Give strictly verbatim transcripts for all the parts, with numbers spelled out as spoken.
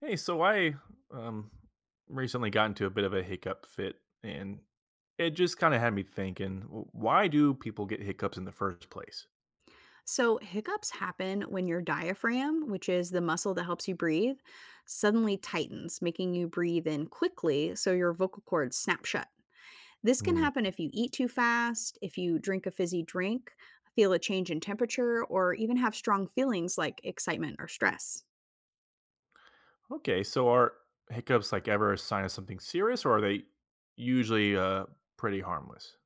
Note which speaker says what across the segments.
Speaker 1: Hey, so I um recently got into a bit of a hiccup fit, and it just kind of had me thinking, "W- Why do people get hiccups in the first place?"
Speaker 2: So, hiccups happen when your diaphragm, which is the muscle that helps you breathe, suddenly tightens, making you breathe in quickly so your vocal cords snap shut. This can
Speaker 1: Hmm.
Speaker 2: happen if you eat too fast, if you drink a fizzy drink, feel a change in temperature, or even have strong feelings like excitement or stress.
Speaker 1: Okay, so are hiccups like ever a sign of something serious, or are they usually uh pretty harmless?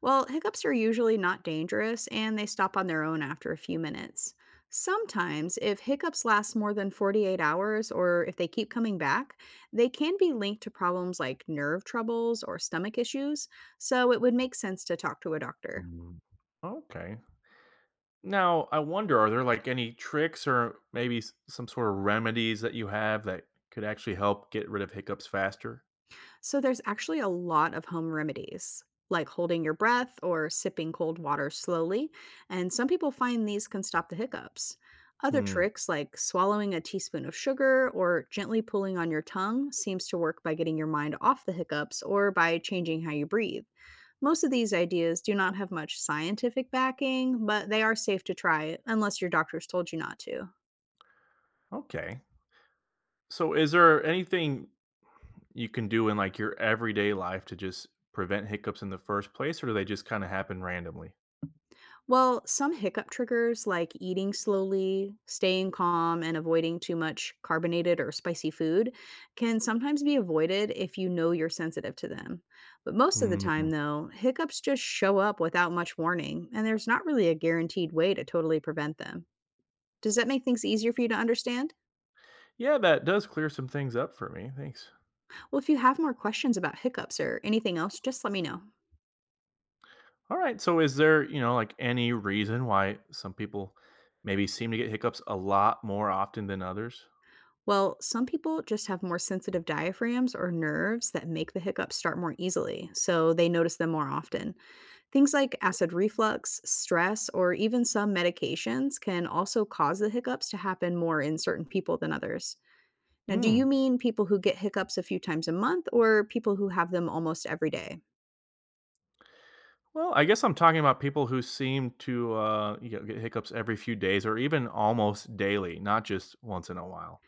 Speaker 2: Well, hiccups are usually not dangerous and they stop on their own after a few minutes. Sometimes, if hiccups last more than forty-eight hours or if they keep coming back, they can be linked to problems like nerve troubles or stomach issues, so it would make sense to talk to a doctor.
Speaker 1: Mm. Okay. Now, I wonder, are there like any tricks or maybe s- some sort of remedies that you have that could actually help get rid of hiccups faster?
Speaker 2: So there's actually a lot of home remedies, like holding your breath or sipping cold water slowly. And some people find these can stop the hiccups. Other
Speaker 1: Hmm.
Speaker 2: tricks like swallowing a teaspoon of sugar or gently pulling on your tongue seems to work by getting your mind off the hiccups or by changing how you breathe. Most of these ideas do not have much scientific backing, but they are safe to try unless your doctor's told you not to.
Speaker 1: Okay. So, is there anything you can do in like your everyday life to just prevent hiccups in the first place, or do they just kind of happen randomly?
Speaker 2: Well, some hiccup triggers like eating slowly, staying calm, and avoiding too much carbonated or spicy food can sometimes be avoided if you know you're sensitive to them. But most of the
Speaker 1: Mm.
Speaker 2: time, though, hiccups just show up without much warning, and there's not really a guaranteed way to totally prevent them. Does that make things easier for you to understand?
Speaker 1: Yeah, that does clear some things up for me. Thanks.
Speaker 2: Well, if you have more questions about hiccups or anything else, just let me know.
Speaker 1: All right. So, is there, you know, like any reason why some people maybe seem to get hiccups a lot more often than others?
Speaker 2: Well, some people just have more sensitive diaphragms or nerves that make the hiccups start more easily, so they notice them more often. Things like acid reflux, stress, or even some medications can also cause the hiccups to happen more in certain people than others. Now, do
Speaker 1: Hmm.
Speaker 2: you mean people who get hiccups a few times a month or people who have them almost every day?
Speaker 1: Well, I guess I'm talking about people who seem to uh, you know, get hiccups every few days or even almost daily, not just once in a while.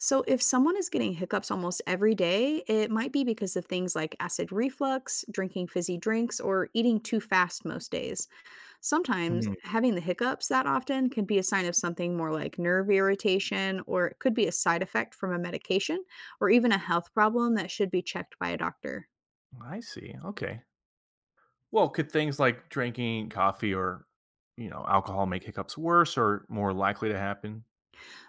Speaker 2: So, if someone is getting hiccups almost every day, it might be because of things like acid reflux, drinking fizzy drinks, or eating too fast most days. Sometimes
Speaker 1: Hmm.
Speaker 2: having the hiccups that often can be a sign of something more like nerve irritation, or it could be a side effect from a medication, or even a health problem that should be checked by a doctor.
Speaker 1: I see. Okay. Well, could things like drinking coffee or, you know, alcohol make hiccups worse or more likely to happen?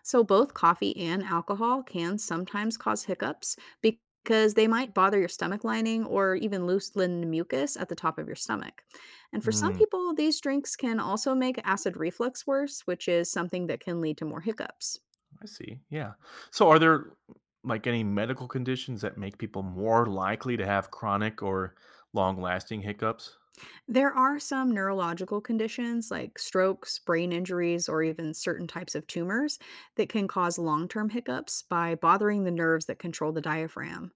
Speaker 2: So, both coffee and alcohol can sometimes cause hiccups because they might bother your stomach lining or even loosen the mucus at the top of your stomach. And for some
Speaker 1: Hmm,
Speaker 2: people, these drinks can also make acid reflux worse, which is something that can lead to more hiccups.
Speaker 1: I see. Yeah. So are there like any medical conditions that make people more likely to have chronic or long-lasting hiccups?
Speaker 2: There are some neurological conditions like strokes, brain injuries, or even certain types of tumors that can cause long term hiccups by bothering the nerves that control the diaphragm.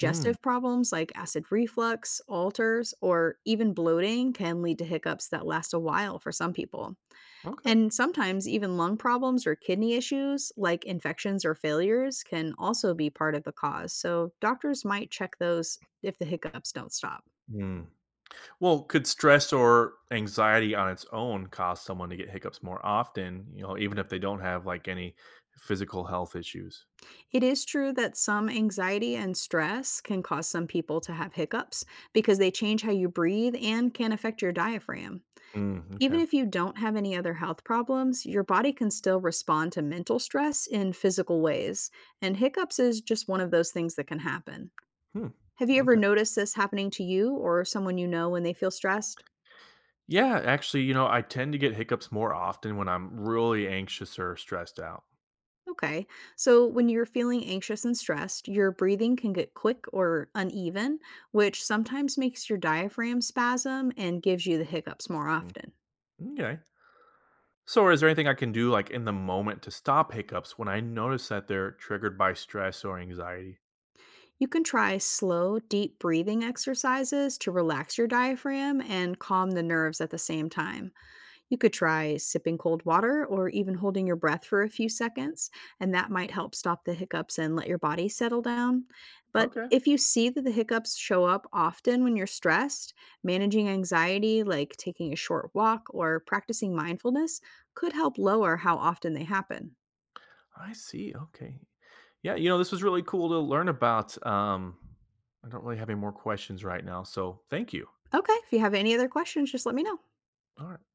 Speaker 1: Hmm.
Speaker 2: problems like acid reflux, ulcers, or even bloating can lead to hiccups that last a while for some people.
Speaker 1: Okay.
Speaker 2: And sometimes even lung problems or kidney issues like infections or failures can also be part of the cause. So doctors might check those if the hiccups don't stop.
Speaker 1: Hmm. Well, could stress or anxiety on its own cause someone to get hiccups more often, you know, even if they don't have like any physical health issues?
Speaker 2: It is true that some anxiety and stress can cause some people to have hiccups because they change how you breathe and can affect your diaphragm.
Speaker 1: Mm, okay.
Speaker 2: Even if you don't have any other health problems, your body can still respond to mental stress in physical ways, and hiccups is just one of those things that can happen.
Speaker 1: Hmm.
Speaker 2: Have you ever
Speaker 1: Okay.
Speaker 2: noticed this happening to you or someone you know when they feel stressed?
Speaker 1: Yeah, actually, you know, I tend to get hiccups more often when I'm really anxious or stressed out.
Speaker 2: Okay. So when you're feeling anxious and stressed, your breathing can get quick or uneven, which sometimes makes your diaphragm spasm and gives you the hiccups more
Speaker 1: Mm,
Speaker 2: often.
Speaker 1: okay. So, is there anything I can do like in the moment to stop hiccups when I notice that they're triggered by stress or anxiety?
Speaker 2: You can try slow, deep breathing exercises to relax your diaphragm and calm the nerves at the same time. You could try sipping cold water or even holding your breath for a few seconds, and that might help stop the hiccups and let your body settle down. But
Speaker 1: Okay.
Speaker 2: if you see that the hiccups show up often when you're stressed, managing anxiety, like taking a short walk or practicing mindfulness, could help lower how often they happen.
Speaker 1: I see. Okay. Yeah, you know, this was really cool to learn about. Um I don't really have any more questions right now, so thank you.
Speaker 2: Okay, if you have any other questions, just let me know.
Speaker 1: All right.